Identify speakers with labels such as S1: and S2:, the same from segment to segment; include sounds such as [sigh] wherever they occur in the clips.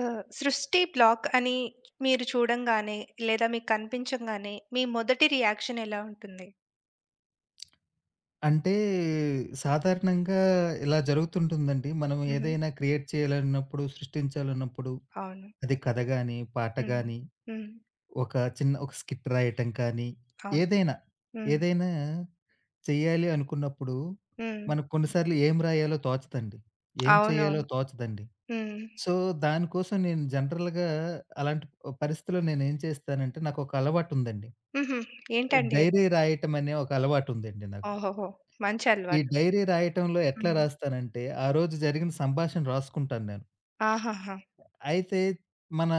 S1: ఆహ్, 'సృష్టి బ్లాక్' అని మీరు చూడంగానే, లేదా మీకు కనిపించంగానే, మీ మొదటి రియాక్షన్ ఎలా ఉంటుంది?
S2: అంటే సాధారణంగా ఇలా జరుగుతుంటుందండి. మనం
S1: హుహు.
S2: ఏదైనా క్రియేట్ చేయాలన్నప్పుడు, సృష్టించాలన్నప్పుడు
S1: అవును.
S2: అది కథ గాని, పాట
S1: హ్మ్.
S2: గాని,
S1: హ్మ్.
S2: ఒక చిన్న స్కిట్ రాయటం కానీ,
S1: అవును.
S2: ఏదైనా,
S1: హ్మ్.
S2: ఏదైనా చేయాలి అనుకున్నప్పుడు
S1: హ్మ్.
S2: మనకు కొన్నిసార్లు ఏం రాయాలో తోచదండి. ఏం చేయాలో
S1: అవునవును.
S2: తోచదండి.
S1: హ్మ్.
S2: సో, దానికోసం నేను జనరల్‌గా అలాంటి పరిస్థితిలో నేనేం చేస్తానంటే, నాకొక అలవాటుందండి.
S1: హుహు. ఏంటండి అది?
S2: డైరీ రాయటం అనే ఒక అలవాటుందండి నాకు.
S1: ఓహోహో! మంచి
S2: ఈ
S1: అలవాటు.
S2: డైరీ రాయటంలో ఎట్లా
S1: హ్మ్.
S2: రాస్తానంటే, ఆ రోజు జరిగిన సంభాషణ రాసుకుంటాను నేను.
S1: ఆహాహా!
S2: అయితే మన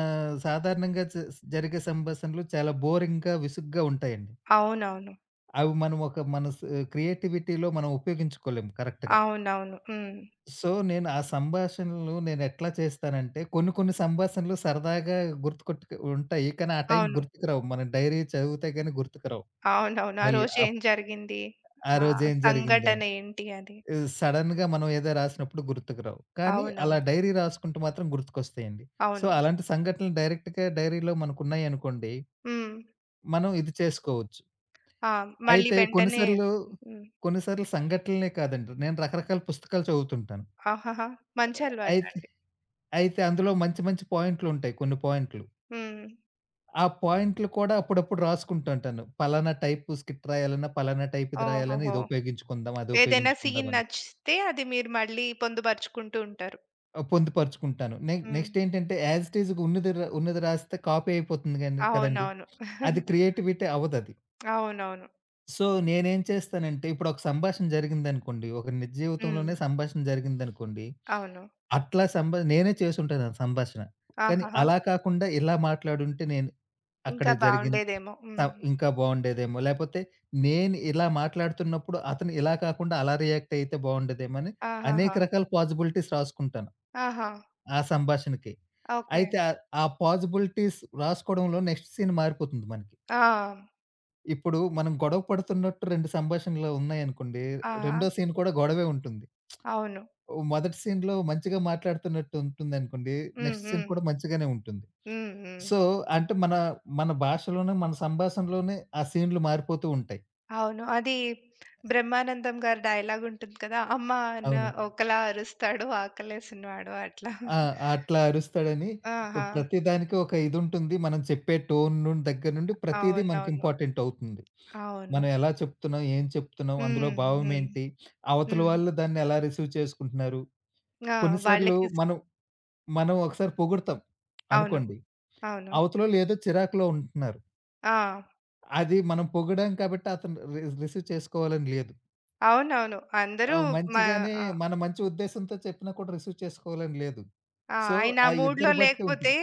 S2: సాధారణంగా జరిగే సంభాషణలు చాలా బోరింగ్‌గా, విసుగ్గా ఉంటాయండి.
S1: అవునవును.
S2: అవి మనం ఒక మన స్ క్రియేటివిటీలో మనం ఉపయోగించుకోలేము కరెక్ట్‌గా.
S1: అవునవును. హ్మ్.
S2: సో, ఆ సంభాషణలు నేను ఎట్లా చేస్తానంటే, కొన్ని కొన్ని సంభాషణలు సరదాగా గుర్తుకొట్టుకు ఉంటాయి. కానీ ఆ టైంకి
S1: అవును.
S2: గుర్తుకురావు. మనం డైరీ చదివితే గాని గుర్తుకురావు.
S1: అవునవును. ఆ
S2: మళ్ళీ
S1: రోజు ఏం జరిగింది?
S2: ఆ
S1: ఆ
S2: రోజేం
S1: సంఘటన
S2: జరిగిందని.
S1: ఏంటి అని.
S2: సడెన్‌గా మనం ఏదో రాసినప్పుడు గుర్తుకు రావు. కానీ
S1: అవునవును.
S2: అలా డైరీ రాసుకుంటే మాత్రం గుర్తుకొస్తాయండి. సో,
S1: అవును.
S2: అలాంటి సంఘటనలు డైరెక్ట్‌గా డైరీలో మనకున్నాయనుకోండి,
S1: హ్మ్.
S2: మనం ఇది చేసుకోవచ్చు.
S1: ఆ! మళ్ళీ
S2: అయితే
S1: వెంటనే
S2: కొన్నిసార్లు,
S1: హ్మ్.
S2: కొన్నిసార్లు సంఘటనలే కాదండి. నేను రకరకాల పుస్తకాలు చదువుతుంటాను.
S1: ఆహాహా! మంచి
S2: అయితే,
S1: అలవాటండి.
S2: అయితే అందులో మంచి మంచి పాయింట్లు.
S1: హ్మ్.
S2: ఆ పాయింట్లు కూడా అప్పుడప్పుడు రాసుకుంటుంటాను. పలానా టైపు స్కిట్ రాయాలన్నా, పలానా టైప్ ఇది రాయాలన్నా
S1: ఓహోహో!
S2: ఇది ఉపయోగించుకుందాం, అది
S1: ఏదైనా సీన్
S2: ఉపయోగించుకుందామని.
S1: నచ్చితే అది మీరు మళ్ళీ పొందుపరుచుకుంటూ ఉంటారు.
S2: ఆ! పొందుపరుచుకుంటాను.
S1: హ్మ్.
S2: నెక్స్ట్ ఏంటంటే యాజ్ ఇట్ ఈజ్‌గా ఉన్నది రాస్తే కాపీ అయిపోతుంది గాని కదండీ!
S1: అవునవును.
S2: అది క్రియేటివిటీ అవ్వదది.
S1: అవునవును.
S2: సో, నేనేం చేస్తానంటే ఇప్పుడు ఒక సంభాషణ జరిగిందనుకోండి. ఒక నిజ
S1: హ్మ్.
S2: జీవితంలోనే సంభాషణ జరిగిందనుకోండి.
S1: అవును.
S2: అట్లా సంభా నేనే చేసుంటాను ఆ సంభాషణ. కానీ
S1: ఆహాహా!
S2: అలా కాకుండా ఇలా మాట్లాడుంటే నేను అక్కడ
S1: ఇంకా
S2: జరిగింది
S1: బావుండేదేమో.
S2: త
S1: హ్మ్.
S2: ఇంకా బావుండేదేమో! లేపోతే నేను ఇలా మాట్లాడుతున్నప్పుడు అతను ఇలా కాకుండా అలా రియాక్ట్ అయితే బావుండేదేమో అని అనేక
S1: ఆహాహా!
S2: రకాల పాజిబిలిటీస్ రాసుకుంటాను.
S1: ఆహా!
S2: ఆ సంభాషణకి.
S1: ఓకే.
S2: అయితే ఆ పాజిబిలిటీస్ రాసుకోవడంలో నెక్స్ట్ సీన్ మారిపోతుంది మనకి.
S1: ఆ!
S2: ఇప్పుడు మనం గొడవ పడుతున్నట్టు 2 సంభాషణలు ఉన్నాయనుకోండి,
S1: ఆ!
S2: రెండో సీన్ కూడా గొడవే ఉంటుంది.
S1: అవును.
S2: ఓ మొదటి సీన్‌లో మంచిగా మాట్లాడుతున్నట్టు ఉంటుందనుకోండి,
S1: హ్మ్.
S2: నెక్స్ట్ సీన్
S1: హ్మ్.
S2: కూడా మంచిగానే ఉంటుంది.
S1: హ్మ్. హ్మ్.
S2: సో, అంటే మన, మన భాషలోనే, మన సంభాషణలోనే ఆ సీన్‌లు మారిపోతూ ఉంటాయి.
S1: అవును. అది బ్రహ్మానందం గారి డైలాగ్ ఉంటుంది కదా! అమ్మ అన్న
S2: అవును.
S1: ఒకలా అరుస్తాడు ఆకలేసినవాడు అట్లా.
S2: ఆ! అట్లా అరుస్తాడని
S1: ఆహా!
S2: ప్రతి దానికి ఒక ఇదుంటుంది. మనం చెప్పే టోన్ నుండి దగ్గర నుండి ప్రతీదీ మనకి
S1: అవునవును.
S2: ఇంపార్టెంట్ అవుతుంది.
S1: అవును.
S2: మనం ఎలా చెప్తున్నాం? ఏం చెప్తున్నాం? అందులో
S1: హ్మ్. హ్మ్.
S2: భావమేంటి? అవతల
S1: హ్మ్.
S2: వాళ్ళు దాన్ని ఎలా రిసీవ్ చేసుకుంటున్నారు?
S1: ఆ!
S2: కొన్నిసార్లు
S1: వాళ్ళకి స్
S2: మనం మనం ఒకసారి పొగుడుతాం
S1: అవును.
S2: అనుకోండి.
S1: అవును.
S2: అవతలోళ్ళు ఏదో చిరాకులో ఉంటున్నారు.
S1: ఆ!
S2: అది మనం పొగిడాం కాబట్టి అతను రిసీవ్ చేసుకోవాలని లేదు.
S1: అవునవును. అందరూ
S2: ఆహ్,
S1: మ
S2: మంచిగానే
S1: ఆ!
S2: మన మంచి ఉద్దేశంతో చెప్పినా కూడా రిసీవ్ చేసుకోవాలని లేదు.
S1: ఆ!
S2: సో,
S1: ఆయన
S2: ఆ
S1: ఆ మూడ్‌లో
S2: ఇద్దరు బట్టి
S1: లేకపోతే
S2: ఉంటుంది.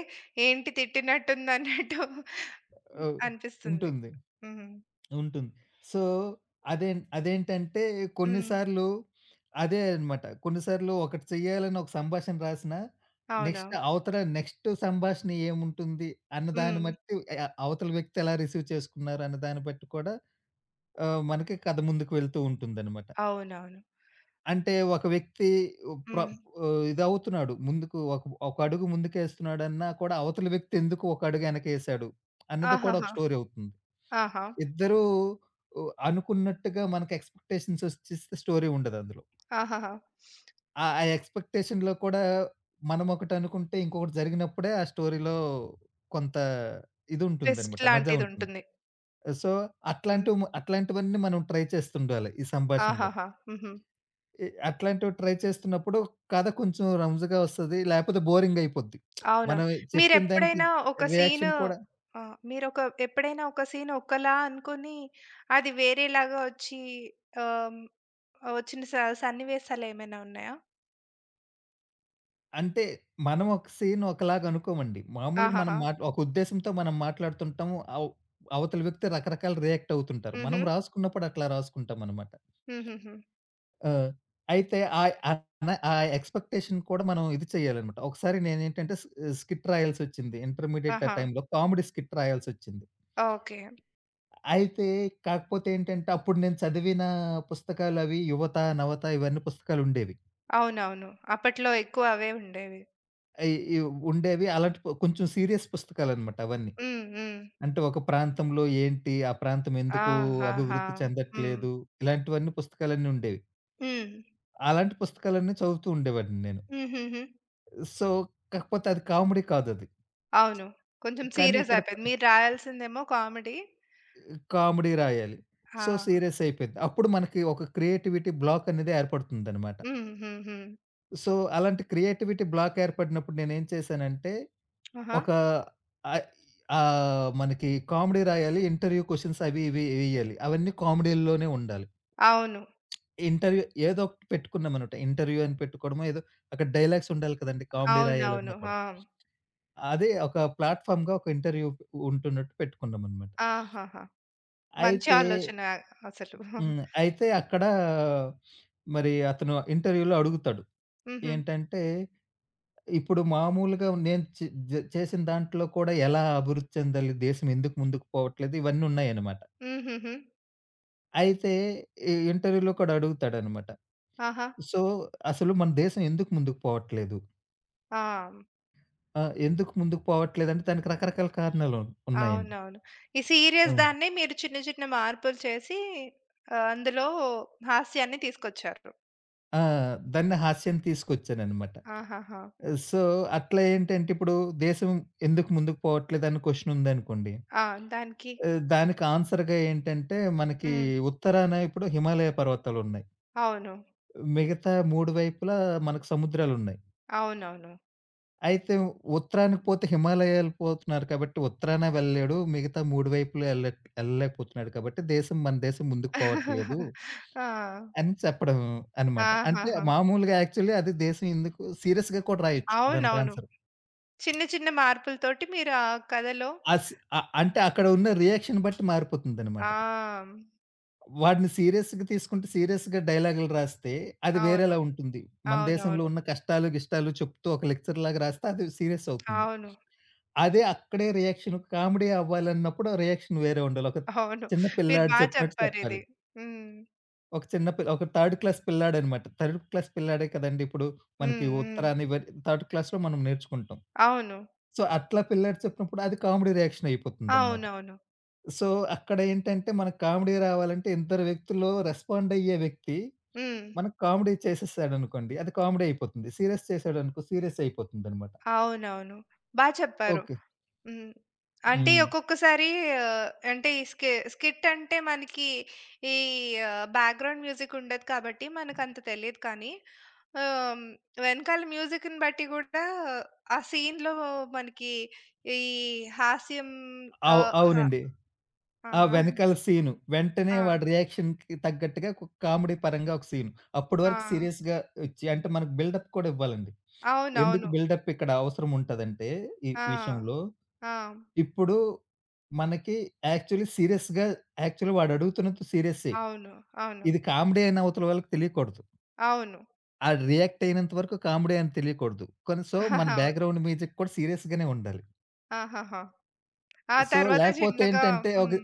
S1: ఏంటి తిట్టినట్టుందన్నట్టు
S2: ఆహ్,
S1: అనిపిస్తుంది.
S2: ఉంటుంది.
S1: హ్మ్.
S2: ఉంటుంది. సో, అదేంటంటే
S1: హ్మ్.
S2: కొన్నిసార్లు అదే అన్నమాట. కొన్నిసార్లు ఒకటి చేయాలని ఒక సంభాషణ రాసినా,
S1: అవునా?
S2: నెక్స్ట్ సంభాషణ ఏముంటుంది అన్న దాన్ని
S1: హ్మ్.
S2: బట్టి అవతల వ్యక్తి ఎలా రిసీవ్ చేసుకున్నారు అన్న దాన్ని బట్టి కూడా మనకి కథ ముందుకు వెళ్తూ ఉంటుందన్నమాట.
S1: అవునవును.
S2: అంటే ఒక వ్యక్తి ప్ర
S1: హ్మ్.
S2: ఇదవుతున్నాడు. ముందుకు ఒక ఒక అడుగు ముందుకేస్తున్నాడన్నా కూడా అవతల వ్యక్తి ఎందుకు ఒక అడుగు వెనకేసాడు అన్నది కూడా ఒక
S1: ఆహాహా!
S2: స్టోరీ అవుతుంది.
S1: ఆహా!
S2: ఇద్దరూ అనుకున్నట్టుగా మనకు ఎక్స్‌పెక్టేషన్స్ వచ్చేస్తే స్టోరీ ఉండదందులో.
S1: ఆహాహా!
S2: ఆ ఆ ఎక్స్‌పెక్టేషన్‌లో కూడా మనం ఒకటనుకుంటే ఇంకొకటి జరిగినప్పుడే ఆ స్టోరీలో కొంత
S1: ట్విస్ట్
S2: ఇదుంటుందనమాట. మజా ఉంటుంది.
S1: లాంటిదుంటుంది.
S2: సో,
S1: హ్మ్.
S2: అట్లాంటివి మ అట్లాంటివన్నీ మనం ట్రై చేస్తుండాలి ఈ సంభాషణలో.
S1: ఆహాహా! హుహు.
S2: అట్లాంటివి ట్రై చేస్తున్నప్పుడు కథ కొంచెం రంజుగా వస్తది. లేపోతే బోరింగయిపోద్ది.
S1: అవునవును.
S2: మనం చెప్పిన దానికి
S1: మీరెప్పుడైనా ఒక సీను
S2: రియాక్షన్ కూడా
S1: ఆ! మీరొక ఎప్పుడైనా ఒక సీన్ ఒకలా అనుకుని, అది వేరేలాగా వచ్చి ఆహ్, వచ్చిన స సన్నివేశాలేమైనా ఉన్నాయా?
S2: అంటే మనం ఒక సీన్ ఒకలాగా అనుకోమండి. మామూలుగా మనం
S1: ఆహాహా!
S2: ఒక ఉద్దేశ్యంతో మనం మాట్లాడుతుంటాము. అవతల వ్యక్తి రకరకాల రియాక్ట్ అవుతుంటారు.
S1: హుహు.
S2: మనం రాసుకున్నప్పుడు అట్లా రాసుకుంటామనమాట.
S1: హుహుహు.
S2: ఆ! అయితే ఆహ్, ఆన ఆ ఎక్స్‌పెక్టేషన్ కూడా మనం ఇది చేయాలనమాట. ఒకసారి నేనేంటంటే స్కిట్ రాయాల్సొచ్చింది. ఇంటర్మీడియేట్ ఆ
S1: ఆహా!
S2: టైంలో కామెడీ స్కిట్ రాయాల్సొచ్చింది.
S1: ఓకే.
S2: అయితే కాకపోతే ఏంటంటే అప్పుడు నేను చదివిన పుస్తకాలవి 'యువత', 'నవత' ఇవన్నీ పుస్తకాలుండేవి.
S1: అవునవును. అప్పట్లో ఎక్కువ అవే ఉండేవి.
S2: అయి ఇవ్ ఉండేవి అలాంటి పు- కొంచెం సీరియస్ పుస్తకాలనమాట అవన్నీ.
S1: హ్మ్. హ్మ్.
S2: అంటే ఒక ప్రాంతంలో ఏంటి? ఆ ప్రాంతం ఎందుకు
S1: ఆహాహా!
S2: అభివృద్ధి
S1: హ్మ్.
S2: చెందట్లేదు? ఇలాంటివన్నీ పుస్తకాలన్నీ ఉండేవి.
S1: హ్మ్.
S2: అలాంటి పుస్తకాలన్నీ చదువుతూ ఉండేవాడిని నేను.
S1: హుహుహు.
S2: సో, కాకపోతే అది కామెడీ కాదది.
S1: అవును. కొంచెం
S2: కానీ
S1: సీరియస్
S2: ఇక్కడ
S1: అయిపోయింది. మీరు రాయాల్సిందేమో కామెడీ.
S2: కామెడీ రాయాలి.
S1: ఆ!
S2: సో, సీరియస్ అయిపోయింది. అప్పుడు మనకి ఒక క్రియేటివిటీ బ్లాక్ అనేది ఏర్పడుతుందనమాట.
S1: హ్మ్. హ్మ్. హ్మ్.
S2: సో, అలాంటి క్రియేటివిటీ బ్లాక్ ఏర్పడినప్పుడు నేనేం చేశానంటే,
S1: ఆహా!
S2: ఒక ఆహ్, మనకి కామెడీ రాయాలి, ఇంటర్వ్యూ క్వెషన్స్ అవి ఇవి వేయాలి. అవన్నీ కామెడీల్లోనే ఉండాలి.
S1: అవును.
S2: ఇంటర్వ్యూ ఏదో ఒకటి పెట్టుకున్నామనమాట. ఇంటర్వ్యూ అని పెట్టుకోవడమో ఏదో అక్కడ డైలాగ్స్ ఉండాలి కదండీ! కామెడీ
S1: అవునవును.
S2: రాయాలన్నా కూడా.
S1: ఆ!
S2: అదే ఒక ప్లాట్‌ఫార్మ్‌గా ఒక ఇంటర్వ్యూ ఉంటున్నట్టు పెట్టుకున్నామనమాట.
S1: ఆహాహా! మంచి
S2: అయితే
S1: ఆలోచన అసలు.
S2: హ్మ్. అయితే అక్కడ మరి అతను ఇంటర్వ్యూలో అడుగుతాడు.
S1: హుహు.
S2: ఏంటంటే, ఇప్పుడు మామూలుగా నేను చే జ చేసిన దాంట్లో కూడా ఎలా అభివృద్ధి చెందాలి? దేశం ఎందుకు ముందుకు పోవట్లేదు? ఇవన్నీ ఉన్నాయన్నమాట.
S1: హుహుహు.
S2: అయితే ఈ ఇంటర్వ్యూలో కూడా అడుగుతాడనమాట.
S1: ఆహా!
S2: సో, అసలు మన దేశం ఎందుకు ముందుకు పోవట్లేదు?
S1: ఆ!
S2: ఆ! ఎందుకు ముందుకు పోవట్లేదంటే దానికి రకరకాల కారణాలు ఉన్నాయండి.
S1: అవునవును. ఈ
S2: ఆ!
S1: సీరియస్ దాన్ని మీరు చిన్న చిన్న మార్పులు చేసి ఆహ్, అందులో హాస్యాన్ని తీసుకొచ్చారు.
S2: ఆ! దాన్ని హాస్యం తీసుకొచ్చాననమాట.
S1: ఆహాహా!
S2: సో, అట్లా ఏంటంటే ఇప్పుడు దేశం ఎందుకు ముందుకు పోవట్లేదని క్వెషన్ ఉందనుకోండి.
S1: ఆ! దానికి
S2: దానికి ఆన్సర్‌గా ఏంటంటే మనకి
S1: హ్మ్.
S2: ఉత్తరాన ఇప్పుడు హిమాలయ పర్వతాలున్నాయి.
S1: అవును.
S2: మిగతా 3 వైపులా మనకు సముద్రాలున్నాయి.
S1: అవునవును.
S2: అయితే ఉత్తరానికి పోతే హిమాలయాలు పోతున్నారు కాబట్టి ఉత్తరాన వెళ్ళలేడు. మిగతా 3 వైపులా ఎళ్ళలేకపోతున్నాడు కాబట్టి మన దేశం ముందుకు పోవట్లేదు.
S1: [laughs] ఆ!
S2: అని చెప్పడం అనమాట. అంటే
S1: ఆహాహా!
S2: మామూలుగా యాక్చువల్లీ అది దేశం ఎందుకు సీరియస్‌గా కూడా రాయొచ్చు దానికి
S1: అవునవును.
S2: ఆన్సర్.
S1: చిన్న చిన్న మార్పులతోటి మీరు ఆ కథలో
S2: అస్ అ అంటే అక్కడ ఉన్న రియాక్షన్ బట్టి మారిపోతుందనమాట.
S1: ఆ!
S2: వాడిని సీరియస్‌గా తీసుకుంటే సీరియస్‌గా డైలాగులు రాస్తే అది
S1: అవును.
S2: వేరేలా ఉంటుంది. మన దేశంలో
S1: అవునవును.
S2: ఉన్న కష్టాలు, గిష్టాలు చెప్తూ ఒక లెక్చర్ లాగా రాస్తే అది సీరియస్ అవుతుంది.
S1: అవును.
S2: అదే అక్కడే రియాక్షన్ కామెడీ అవ్వాలన్నప్పుడు రియాక్షన్ వేరే ఉండాలి. ఒక
S1: అవును.
S2: చిన్న
S1: మీరు
S2: పిల్లాడు
S1: బా
S2: చెప్పినట్టు చెప్పాలి.
S1: చెప్పారిది. హ్మ్.
S2: ఒక థర్డ్ క్లాస్ పిల్లాడనమాట. థర్డ్ క్లాస్ పిల్లాడే కదండీ! ఇప్పుడు మనకి
S1: హ్మ్. హ్మ్.
S2: ఉత్తరాని ఇవ థర్డ్ క్లాస్‌లో మనం నేర్చుకుంటాం.
S1: అవును.
S2: సో, అట్లా పిల్లాడు చెప్పినప్పుడు అది కామెడీ రియాక్షన్ అయిపోతుందనమాట.
S1: అవునవును.
S2: సో, అక్కడ ఏంటంటే మనకు కామెడీ రావాలంటే ఇద్దరు వ్యక్తుల్లో రెస్పాండ్ అయ్యే వ్యక్తి
S1: హ్మ్.
S2: మనకు కామెడీ చేసేసాడనుకోండి అది కామెడీ అయిపోతుంది. సీరియస్ చేసాడనుకో సీరియస్ అయిపోతుందనమాట.
S1: అవునవును. బా చెప్పారు.
S2: ఓకే.
S1: హ్మ్. అంటే
S2: హ్మ్.
S1: ఒక్కొక్కసారి ఆహ్, అంటే ఈ స్కిట్ అంటే మనకి ఈ ఆహ్, బ్యాక్‌గ్రౌండ్ మ్యూజిక్ ఉండదు కాబట్టి మనకంత తెలీదు కానీ ఆహ్, వెనకాల మ్యూజిక్‌ని బట్టి గూడా ఆ సీన్‌లో మనకి ఈ హాస్యం
S2: అవు
S1: ఆహ్,
S2: అవునండి.
S1: ఆ!
S2: ఆ వెనకాల సీను. వెంటనే
S1: ఆ!
S2: వాడి రియాక్షన్‌కి తగ్గట్టుగా ఒక కామెడీ పరంగా ఒక సీను. అప్పటి
S1: ఆ!
S2: వరకు సీరియస్‌గా ఇచ్చి అంటే మనకు బిల్డప్ కూడా ఇవ్వాలండి. ఎందుకు
S1: అవునవును.
S2: బిల్డప్ ఇక్కడ అవసరం ఉంటదంటే ఈ
S1: ఆ!
S2: విషయంలో,
S1: ఆ!
S2: ఇప్పుడు మనకి యాక్చువల్లీ సీరియస్‌గా యాక్చువల్లీ వాడు అడుగుతున్నది సీరియస్సే.
S1: అవును. అవును.
S2: ఇది కామెడీ అని అవతల వాళ్ళకి తెలియకూడదు.
S1: అవును.
S2: ఆడు రియాక్ట్ అయినంత వరకు కామెడీ అని తెలియకూడదు. కానీ సో, మన
S1: [laughs] అవును.
S2: బ్యాక్‌గ్రౌండ్ మ్యూజిక్ కూడా సీరియస్‌గానే ఉండాలి.
S1: ఆహాహా! ఆ
S2: సో,
S1: తర్వాత చిన్నగా హ్మ్.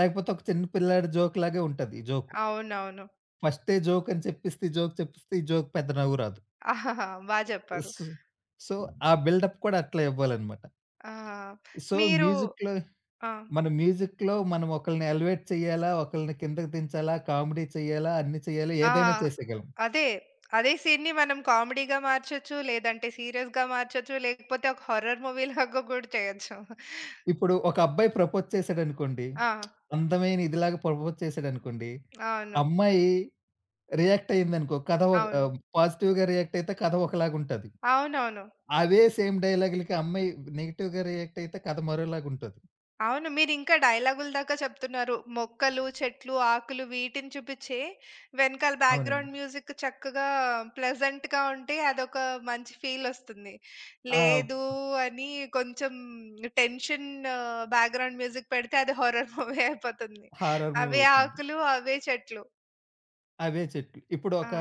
S2: లేకపోతే ఒక చిన్న పిల్లాడి జోక్‌లాగే ఉంటది ఈ జోకు.
S1: అవునవును.
S2: ఫస్టే జోక్ అని చెప్పిస్తే, ఈ జోక్ చెప్పిస్తే, ఈ జోక్ పెద్ద నవ్వు రాదు.
S1: ఆహాహా! బా జెప్పారు.
S2: సో, సో హ్మ్. ఆ బిల్డప్ కూడా అట్లే ఇవ్వాలనమాట.
S1: ఆ!
S2: సో,
S1: మీరు ఆ!
S2: మన మ్యూజిక్‌లో మనం ఒకళ్ళని ఎలివేట్ చేయాలా, ఒకళ్ళని కిందకి దించాలా, కామెడీ చేయాలా, అన్నీ చేయాలా,
S1: ఆ!
S2: ఏదైనా చేసేయగలం.
S1: అదే. అదే సీన్‌ని మనం కామెడీగా మార్చొచ్చు, లేదంటే సీరియస్‌గా మార్చొచ్చు, లేకపోతే ఒక హారర్ మూవీ లాగా గూడా చేయొచ్చు.
S2: ఇప్పుడు ఒక అబ్బాయి ప్రపోజ్ చేసాడనుకోండి,
S1: ఆ!
S2: అందమైన ఇదిలాగా ప్రపోజ్ చేసాడనుకోండి,
S1: అవును.
S2: అమ్మాయి రియాక్ట్ అయిందనుకో, కథ
S1: అవును.
S2: పాజిటివ్‌గా రియాక్ట్ అయితే కథ ఒకలాగుంటది.
S1: అవునవును.
S2: అవే సేమ్ డైలాగులకి అమ్మాయి నెగెటివ్‌గా రియాక్ట్ అయితే కథ మరోలాగుంటది.
S1: అవును. మీరింకా డైలాగుల దాకా చెప్తున్నారు. మొక్కలు, చెట్లు, ఆకులు వీటిని చూపిచ్చే వెనకాల
S2: అవునండి.
S1: బ్యాక్‌గ్రౌండ్ మ్యూజిక్ చక్కగా ప్లెజెంట్‌గా ఉంటే అదొక మంచి ఫీలొస్తుంది.
S2: ఆ!
S1: లేదు అని కొంచెం టెన్షన్ బ్యాక్‌గ్రౌండ్ మ్యూజిక్ పెడితే అది హారర్ మూవీ అయిపోతుంది.
S2: హారర్ మూవీ
S1: అవే
S2: అవుతుంది.
S1: ఆకులు, అవే చెట్లు.
S2: అవే చెట్లు. ఇప్పుడు
S1: ఆ!
S2: ఒక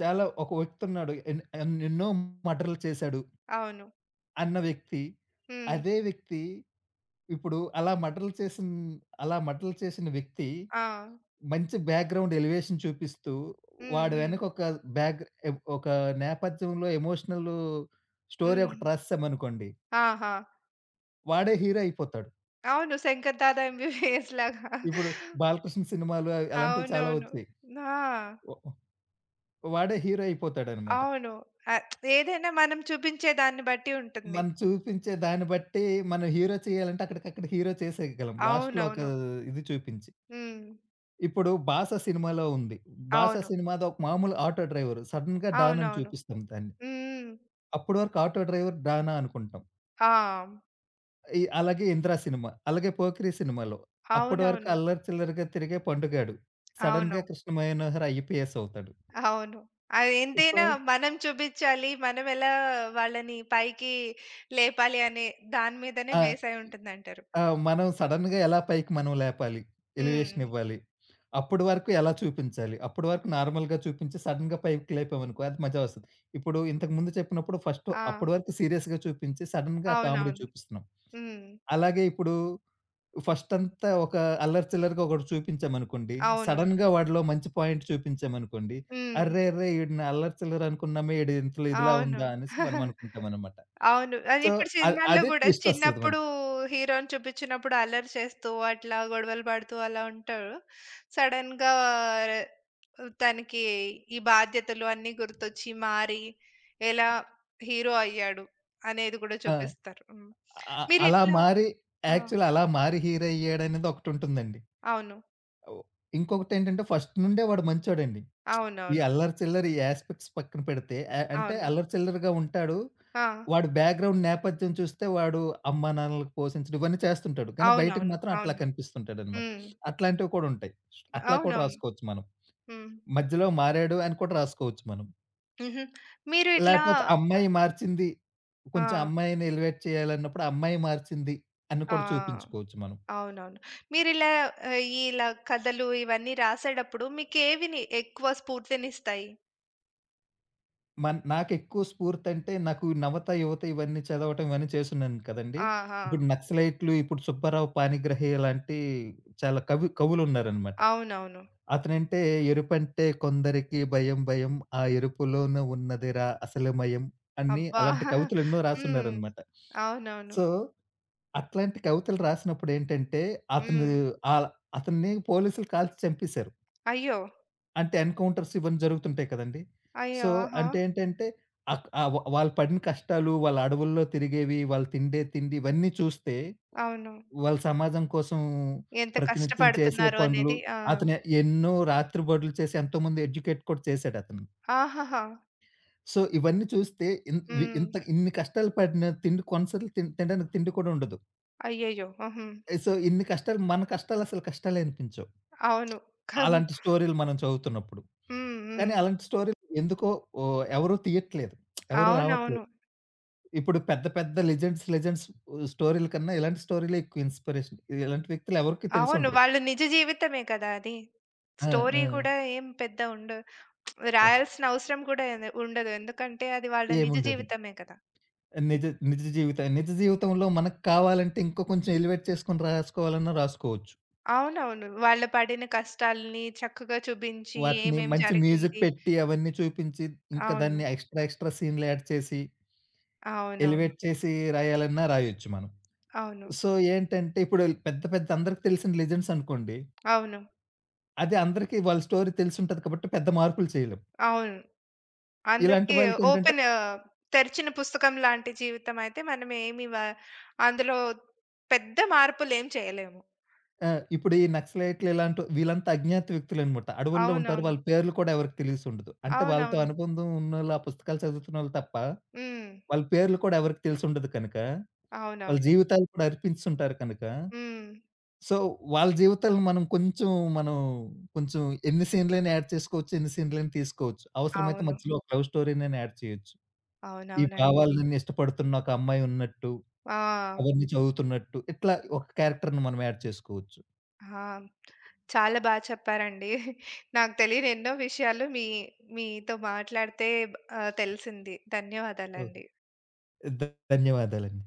S2: చాలా ఒక వ్యక్తి ఉన్నాడు. ఎన్నెన్నో మర్డర్‌లు చేశాడు
S1: అవును.
S2: అన్న వ్యక్తి.
S1: హ్మ్.
S2: అదే వ్యక్తి ఇప్పుడు అలా మర్డర్‌లు చేసిన వ్యక్తి
S1: ఆ!
S2: మంచి బ్యాక్‌గ్రౌండ్ ఎలివేషన్ చూపిస్తూ
S1: హ్మ్.
S2: వాడి
S1: హ్మ్.
S2: వెనక ఒక బ్యాక్ ఎ ఒక నేపథ్యంలో ఎమోషనల్ స్టోరీ
S1: హ్మ్.
S2: ఒకటి రాసేసామనుకోండి.
S1: ఆహా! ఆహా!
S2: వాడే హీరో అయిపోతాడు.
S1: అవును. 'శంకర్ దాదా ఎంబీబీఎస్' లాగా.
S2: ఇప్పుడు బాలకృష్ణ సినిమాలు అలాంటివి చాలా
S1: అవునవును.
S2: వచ్చాయి.
S1: ఆ!
S2: వ వాడే హీరో అయిపోతాడనమాట.
S1: అవును. ఆహ్, ఏదైనా మనం చూపించే దాన్ని బట్టి ఉంటుంది.
S2: మనం చూపించే దాన్ని బట్టి మనం హీరో చేయాలంటే అక్కడికక్కడ హీరో చేసేయగలం. లాస్ట్‌లో ఒక
S1: అవునవును.
S2: ఇది చూపించి.
S1: హ్మ్.
S2: ఇప్పుడు 'బాస' సినిమాలో ఉంది. 'బాస'
S1: అవును.
S2: సినిమాది ఒక మామూలు ఆటో డ్రైవర్. సడెన్‌గా డాన్ అని
S1: అవునవును.
S2: చూపిస్తాం దాన్ని.
S1: హ్మ్.
S2: అప్పటి వరకు ఆటో డ్రైవర్ డానా అనుకుంటాం.
S1: ఆ!
S2: అలాగే 'ఇంద్ర' సినిమా, అలాగే 'పోకిరి' సినిమాలో అప్పటి వరకు
S1: అవునవును.
S2: అల్లరి చిల్లరిగా తిరిగే పండుగాడు.
S1: అవును.
S2: సడెన్‌గా కృష్ణ మనోహర్ ఐపీఎస్ అవుతాడు.
S1: అవును. అది
S2: సో
S1: ఎంతైనా మనం చూపించాలి. మనం ఎలా వాళ్ళని పైకి లేపాలి అనే దాని మీదనే
S2: ఆ!
S1: బేస్ అయి ఉంటుందంటారు.
S2: ఆ! మనం సడెన్‌గా ఎలా పైకి మనం లేపాలి?
S1: హ్మ్.
S2: ఎలివేషన్ ఇవ్వాలి. అప్పటి వరకు ఎలా చూపించాలి? అప్పటి వరకు నార్మల్‌గా చూపించి సడెన్‌గా పైకి లేపామనుకో అది మజా వస్తది. ఇప్పుడు ఇంతకుముందు చెప్పినప్పుడు ఫస్ట్
S1: ఆ!
S2: అప్పటి వరకు సీరియస్‌గా చూపించి సడెన్‌గా కామెడీ
S1: అవునవును.
S2: చూపిస్తున్నాం.
S1: హ్మ్.
S2: అలాగే ఇప్పుడు ఫస్ట్ అంతా ఒక అల్లరి చిల్లరిగా ఒకటి చూపించామనుకోండి.
S1: అవును.
S2: సడెన్‌గా వాడిలో మంచి పాయింట్ చూపించామనుకోండి.
S1: హ్మ్.
S2: అర్రె! అర్రె! ఈడిని అల్లరి చిల్లరి అనుకున్నామే ఈడు ఇంతలో ఇదిలా
S1: అవును.
S2: ఉందా అనేసి మనం
S1: [laughs]
S2: అనుకుంటామనమాట.
S1: అవును. అది
S2: సో,
S1: ఇప్పుడు సినిమాల్లో
S2: అదే
S1: గూడా
S2: ట్విస్ట్ వస్తది
S1: చిన్నప్పుడు
S2: మనకి.
S1: హీరో‌ని చూపించినప్పుడు అల్లరి చేస్తూ, అట్లా గొడవలు పడుతూ అలా ఉంటారు. సడెన్‌గా తనకి ఈ బాధ్యతలు అన్నీ గుర్తొచ్చి మారి, ఎలా హీరో అయ్యాడు అనేది గూడా
S2: ఆ!
S1: చూపిస్తారు. హ్మ్.
S2: అ అలా
S1: మీరిట్లా
S2: మారి
S1: ఆ!
S2: యాక్చువల్ అలా మారి హీరో అయ్యాడనేది ఒకటుంటుందండి.
S1: అవును.
S2: ఓహ్! ఇంకొకటేంటంటే ఫస్ట్ నుండే వాడు మంచోడండి. ఈ
S1: అవునవును.
S2: అల్లరి చిల్లరి ఈ యాస్పెక్ట్స్ పక్కన పెడితే అంటే
S1: అవును.
S2: అల్లరి చిల్లరగా ఉంటాడు.
S1: ఆ!
S2: వాడు బ్యాక్‌గ్రౌండ్ నేపథ్యం చూస్తే వాడు అమ్మా నాన్నలకు పోషించడం ఇవన్నీ చేస్తుంటాడు. కానీ బయటకి
S1: అవునవును.
S2: మాత్రం అట్లా
S1: అవును.
S2: కనిపిస్తుంటాడనమాట.
S1: హ్మ్.
S2: అట్లాంటివి కూడా ఉంటాయి. అట్లా కూడా
S1: అవునవును.
S2: రాసుకోవచ్చు మనం.
S1: హ్మ్.
S2: మధ్యలో మారాడు అని కూడా రాసుకోవచ్చు మనం.
S1: హుహు. మీరు ఇట్లా
S2: లేకపోతే అమ్మాయి మార్చింది. కొంచెం
S1: ఆ!
S2: అమ్మాయిని ఎలివేట్ చేయాలన్నప్పుడు అమ్మాయి మార్చింది అని
S1: ఆ!
S2: కూడా చూపించుకోవచ్చు మనం.
S1: అవునవును. మీరిలా ఆహ్, ఇలా కథలు ఇవన్నీ రాసేటప్పుడు మీకేవి ఎక్కువ స్ఫూర్తినిస్తాయి?
S2: నాకెక్కువ స్ఫూర్తంటే, నాకు నవత, యువత ఇవన్నీ చదవటం ఇవన్నీ చేసున్నాను కదండీ.
S1: ఆహా!
S2: ఇప్పుడు నక్సలైట్లు, ఇప్పుడు సుబ్బారావు పాణిగ్రాహి లాంటి చాలా కవులున్నారనమాట.
S1: అవునవును.
S2: అతనంటే ఎరుపంటే కొందరికి భయం భయం, ఆ ఎరుపులోన ఉన్నదిరా అసలు మయం అని
S1: అబ్బా!
S2: అలాంటి
S1: [laughs]
S2: కవితలు ఎన్నో
S1: హ్మ్.
S2: రాసున్నారనమాట.
S1: అవునవును.
S2: సో, అట్లాంటి కవితలు రాసినప్పుడేంటంటే, అతను
S1: హ్మ్.
S2: ఆహ్, అతన్ని పోలీసులు కాల్చి చంపేశారు.
S1: అయ్యో!
S2: అంటే ఎన్‌కౌంటర్స్ ఇవన్నీ జరుగుతుంటాయి కదండీ! సో,
S1: అయ్యో! ఆహా!
S2: అంటే ఏంటంటే అక్ ఆహ్, వ వాళ్ళు పడిన కష్టాలు, వాళ్ళ అడవుల్లో తిరిగేవి, వాళ్ళు తిండే తిండి ఇవన్నీ చూస్తే,
S1: అవును.
S2: వాళ్ళ సమాజం కోసం
S1: ఎంత
S2: ప్రతినిత్యం చేసే
S1: కష్టపడుతున్నారు
S2: పనులు,
S1: అనేది. ఆ!
S2: అతను ఎన్నో రాత్రి బడులు చేసి ఎంతోమంది ఎడ్యుకేట్ కూడా చేశాడతను.
S1: ఆహాహా!
S2: సో, ఇవన్నీ చూస్తే ఇన్ వి
S1: హ్మ్.
S2: ఇంత ఇన్ని కష్టాలు పడిన తిండి కొన్నిసార్లు తినడానికి తిండి కూడా ఉండదు.
S1: అయ్యయ్యో! హుహు.
S2: సో, ఇన్ని కష్టాలు మన కష్టాలు అసలు కష్టాలే అనిపించవు.
S1: అవును.
S2: అలాంటి
S1: [laughs]
S2: స్టోరీలు మనం చదువుతున్నప్పుడు.
S1: హ్మ్.
S2: కానీ
S1: హ్మ్.
S2: అలాంటి స్టోరీలు ఎందుకో ఎవరు తీయట్లేదు. ఎవరు
S1: అవునవును.
S2: రావట్లేదు. ఇప్పుడు పెద్ద పెద్ద లెజెండ్స్ స్టోరీల కన్నా ఇలాంటి స్టోరీలే ఎక్కువ ఇన్స్‌పిరేషన్. ఇలాంటి వ్యక్తులు ఎవరికీ
S1: అవును.
S2: తెలిసుండరు.
S1: వాళ్ళ నిజ జీవితమే కదా! అది.
S2: ఆ! ఆ!
S1: స్టోరీ కూడా ఏం పెద్ద ఉండదు. రాయాల్సిన అవసరం కూడా ఎందు ఉండదు. ఎందుకంటే అది వాళ్ళ నిజ
S2: ఏముండదు.
S1: జీవితమే కదా!
S2: నిజ నిజ జీవితం నిజ జీవితంలో మనకు కావాలంటే ఇంకా కొంచెం ఎలివేట్ చేసుకొని రాసుకోవాలన్నా రాసుకోవచ్చు.
S1: అవునవును. వాళ్ళు పడిన కష్టాల్ని చక్కగా చూపించి
S2: వాటిని
S1: ఏమేం
S2: మంచి మ్యూజిక్
S1: జరిగింది.
S2: పెట్టి అవన్నీ చూపించి, ఇంకా
S1: అవును.
S2: దాన్ని ఎక్స్‌ట్రా, ఎక్స్‌ట్రా సీన్‌లు యాడ్ చేసి,
S1: అవునవును.
S2: ఎలివేట్ చేసి రాయాలన్నా రాయొచ్చు మనం.
S1: అవును.
S2: సో, ఏంటంటే ఇప్పుడు పెద్ద పెద్ద అందరికి తెలిసిన లెజెండ్స్ అనుకోండి
S1: అవును.
S2: అది అందరికీ వాళ్ళ స్టోరీ తెలిసుంటది కాబట్టి పెద్ద మార్పులు చేయలేం.
S1: అవును.
S2: ఇలాంటి
S1: అందరికీ
S2: వాళ్ళకేంటంటే
S1: ఓపెన్ తెరిచిన పుస్తకం లాంటి జీవితం అయితే మనం ఏమి వ అందులో పెద్ద మార్పులేం చేయలేము.
S2: ఇప్పుడు ఈ నక్సలైట్లు ఇలాంటి వీళ్ళంతా అజ్ఞాత వ్యక్తులనమాట. అడవుల్లో ఉంటారు.
S1: అవునవును.
S2: వాళ్ళ పేర్లు కూడా ఎవరికీ తెలిసుండదు. అంటే వాళ్ళతో
S1: అవునవును.
S2: అనుబంధం ఉన్నోళ్ళు, ఆ పుస్తకాలు చదువుతున్నోళ్ళు తప్ప,
S1: హ్మ్.
S2: వాళ్ళ పేర్లు కూడా ఎవరికీ తెలిసుండదు కనుక, వాళ్ళ
S1: అవునవును.
S2: జీవితాలు కూడా అర్పించుంటారు కనుక,
S1: హ్మ్.
S2: సో, వాళ్ళ జీవితాలను మనం కొంచెం ఎన్ని సీన్‌లైనా యాడ్ చేసుకోవచ్చు, ఎన్ని సీన్‌లైనా తీసుకోవచ్చు. అవసరమైతే
S1: అవును.
S2: మధ్యలో ఒక లవ్ స్టోరీనైనా యాడ్ చేయొచ్చు. ఈ
S1: అవునవునండి.
S2: భావాలు నిన్ను ఇష్టపడుతున్న ఒక అమ్మాయి ఉన్నట్టు
S1: ఆ!
S2: అవన్నీ చదువుతున్నట్టు. ఇట్లా ఒక క్యారెక్టర్‌ని మనం యాడ్ చేసుకోవచ్చు.
S1: ఆ! చాలా బా చెప్పారండి. నాకు తెలియని ఎన్నో విషయాలు మీతో మాట్లాడితే ఆహ్, తెలిసింది.
S2: ఓకే.
S1: ధన్యవాదాలండి.
S2: ధ ధన్యవాదాలండి.